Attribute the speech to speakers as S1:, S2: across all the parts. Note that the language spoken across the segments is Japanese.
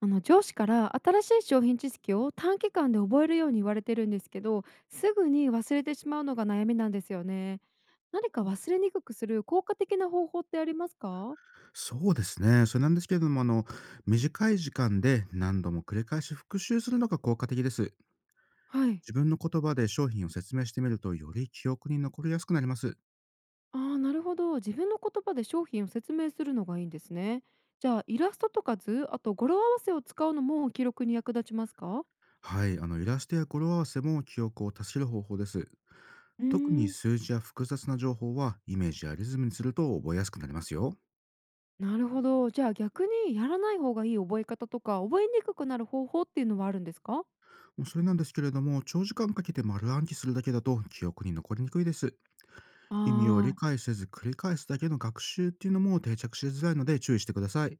S1: あの上司から新しい商品知識を短期間で覚えるように言われてるんですけど、すぐに忘れてしまうのが悩みなんですよね。何か忘れにくくする効果的な方法ってありますか？
S2: そうですね。それなんですけれども、短い時間で何度も繰り返し復習するのが効果的です。
S1: はい。
S2: 自分の言葉で商品を説明してみると、より記憶に残りやすくなります。
S1: あー、なるほど。自分の言葉で商品を説明するのがいいんですね。じゃあイラストとか図、あと語呂合わせを使うのも記録に役立ちますか？
S2: はい。イラストや語呂合わせも記憶を助ける方法です。
S1: うー
S2: 特に
S1: ん。
S2: 数字や複雑な情報は、イメージやリズムにすると覚えやすくなりますよ。
S1: なるほど。じゃあ逆に、やらない方がいい覚え方とか覚えにくくなる方法っていうのはあるんですか？
S2: もうそれなんですけれども、長時間かけて丸暗記するだけだと記憶に残りにくいです。意味を理
S1: あ。あー。
S2: 解せず繰り返すだけの学習っていうのも定着しづらいので、注意してください。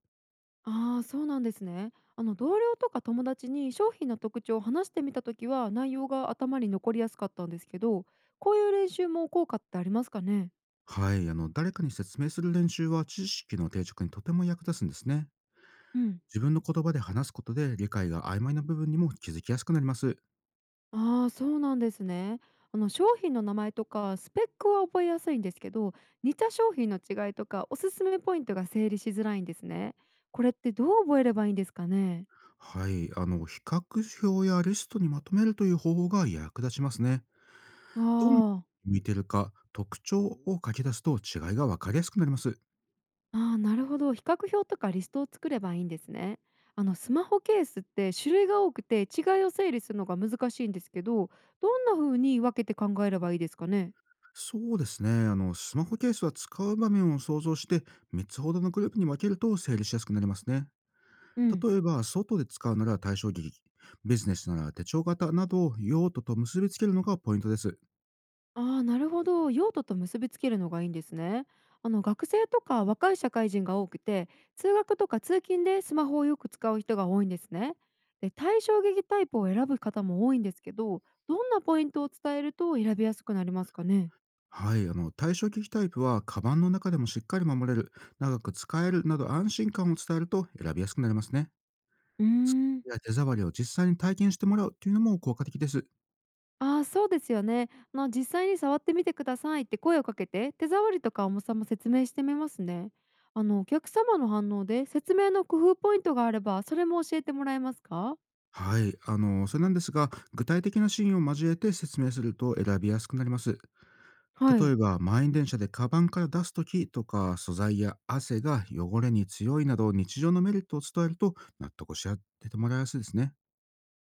S1: ああ、そうなんですね。あの同僚とか友達に商品の特徴を話してみた時は内容が頭に残りやすかったんですけど、こういう練習も効果ってありますかね？
S2: はい、誰かに説明する練習は、知識の定着にとても役立つんですね。
S1: うん。
S2: 自分の言葉で話すことで、理解が曖昧な部分にも気づきやすくなります。
S1: ああ、そうなんですね。あの商品の名前とかスペックは覚えやすいんですけど、似た商品の違いとかおすすめポイントが整理しづらいんですね。これってどう覚えればいいんですかね？
S2: はい、比較表やリストにまとめるという方法が役立ちますね。
S1: あ
S2: どんなに
S1: あ。
S2: 見てるか特徴を書き出すと、違いが分かりやすくなります。
S1: ああ、なるほど。比較表とかリストを作ればいいんですね。あのスマホケースって種類が多くて違いを整理するのが難しいんですけど、どんな風に分けて考えればいいですかね。
S2: そうですね。スマホケースは使う場面を想像して、3つほどのグループに分けると整理しやすくなりますね。
S1: うん。
S2: 例えば、外で使うなら対象劇、ビジネスなら手帳型などを、用途と結びつけるのがポイントです。
S1: ああ、なるほど。用途と結びつけるのがいいんですね。あの学生とか若い社会人が多くて、通学とか通勤でスマホをよく使う人が多いんですね。で、対照的タイプを選ぶ方も多いんですけど、どんなポイントを伝えると選びやすくなりますかね。
S2: はい、対象機器タイプは、カバンの中でもしっかり守れる、長く使えるなど安心感を伝えると選びやすくなりますね。
S1: うーん。
S2: いや、手触りを実際に体験してもらうというのも効果的です。
S1: ああ、そうですよね。あの、実際に触ってみてくださいって声をかけて、手触りとか重さも説明してみますね。あのお客様の反応で説明の工夫ポイントがあれば、それも教えてもらえますか？
S2: はい、それなんですが、具体的なシーンを交えて説明すると選びやすくなります。
S1: は
S2: 例
S1: い。
S2: えば、満員電車でカバンから出すときとか、素材や汗が汚れに強いなど、日常のメリットを伝えると納得し合ってもらいやすいですね。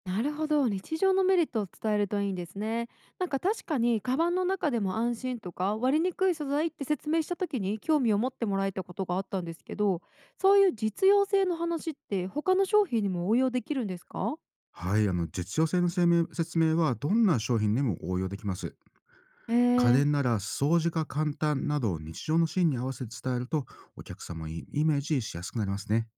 S1: なるほど。日常のメリットを伝えるといいんですね。なんか確かにカバンの中でも安心とか割りにくい素材って説明した時に興味を持ってもらえたことがあったんですけど、そういう実用性の話って他の商品にも応用できるんですか？
S2: はい、実用性の声明説明は、どんな商品でも応用できます。
S1: へ
S2: 家
S1: え。
S2: 電なら掃除が簡単など、日常のシーンに合わせて伝えると、お客様にイメージしやすくなりますね。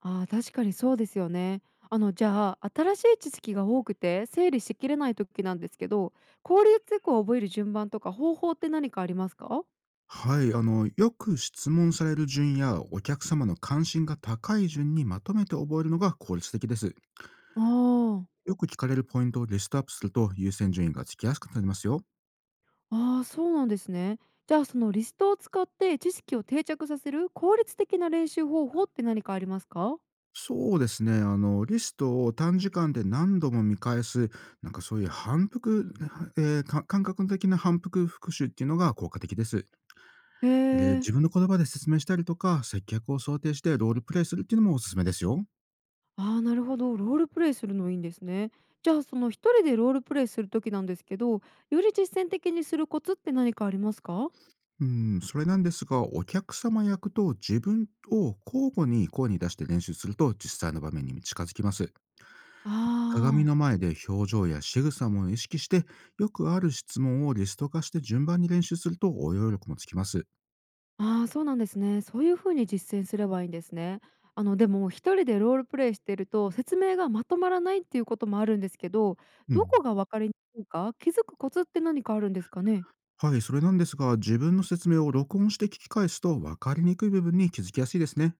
S1: ああ、確かにそうですよね。あの、じゃあ、新しい知識が多くて整理しきれない時なんですけど、効率よく覚える順番とか方法って何かありますか？
S2: はい、よく質問される順やお客様の関心が高い順にまとめて覚えるのが効率的です。
S1: ああ。
S2: よく聞かれるポイントをリストアップすると、優先順位がつきやすくなりますよ。
S1: あーあ、そうなんですね。じゃあ、そのリストを使って知識を定着させる効率的な練習方法って何かありますか？
S2: そうですね。リストを短時間で何度も見返す、なんかそういう反復、か感覚的な反復復習っていうのが効果的です。
S1: へ
S2: で、
S1: え。
S2: 自分の言葉で説明したりとか、接客を想定してロールプレイするっていうのもおすすめですよ。
S1: ああ、なるほど。ロールプレイするのいいんですね。じゃあ、その一人でロールプレイする時なんですけど、より実践的にするコツって何かありますか？
S2: うん、それなんですが、お客様役と自分を交互に声に出して練習すると、実際の場面に近づきます。鏡
S1: ああ
S2: の
S1: ー。
S2: 前で表情や仕草も意識して、よくある質問をリスト化して順番に練習すると応用力もつきます。
S1: ああ、そうなんですね。そういう風に実践すればいいんですね。あのでも一人でロールプレイしてると説明がまとまらないっていうこともあるんですけど、
S2: う
S1: ど
S2: ん。
S1: こが分かりにくいか気づくコツって何かあるんですかね？
S2: はい、それなんですが、自分の説明を録音して聞き返すと、分かりにくい部分に気づきやすいですね。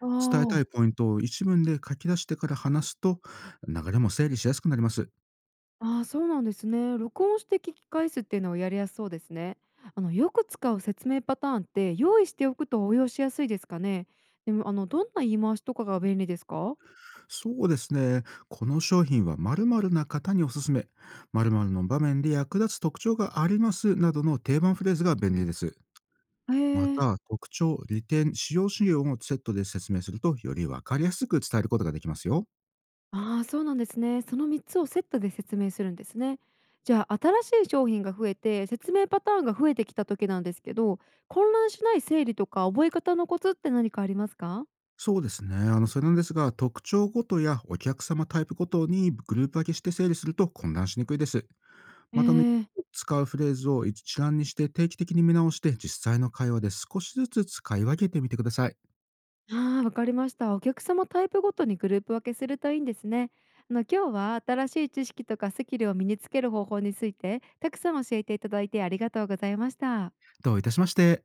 S1: あ
S2: 伝えたい
S1: あ。
S2: ポイントを一文で書き出してから話すと、流れも整理しやすくなります。
S1: ああ、そうなんですね。録音して聞き返すっていうのをやりやすそうですね。あのよく使う説明パターンって用意しておくと応用しやすいですかね？でも、あの、どんな言い回しとかが便利ですか？
S2: そうですね。この商品は〇〇な方におすすめ。〇〇の場面で役立つ特徴がありますなどの定番フレーズが便利です。
S1: へ
S2: ま
S1: え。
S2: た、特徴、利点、使用資料をセットで説明すると、より分かりやすく伝えることができますよ。
S1: ああ、そうなんですね。その3つをセットで説明するんですね。じゃあ新しい商品が増えて説明パターンが増えてきた時なんですけど、混乱しない整理とか覚え方のコツって何かありますか？
S2: そうですね。それなんですが、特徴ごとやお客様タイプごとにグループ分けして整理すると、混乱しにくいです。
S1: え
S2: また、
S1: ー。
S2: 使うフレーズを一覧にして定期的に見直して、実際の会話で少しずつ使い分けてみてください。
S1: ああ、わかりました。お客様タイプごとにグループ分けするといいんですね。あの今日は新しい知識とかスキルを身につける方法についてたくさん教えていただいて、ありがとうございました。
S2: どういたしまして。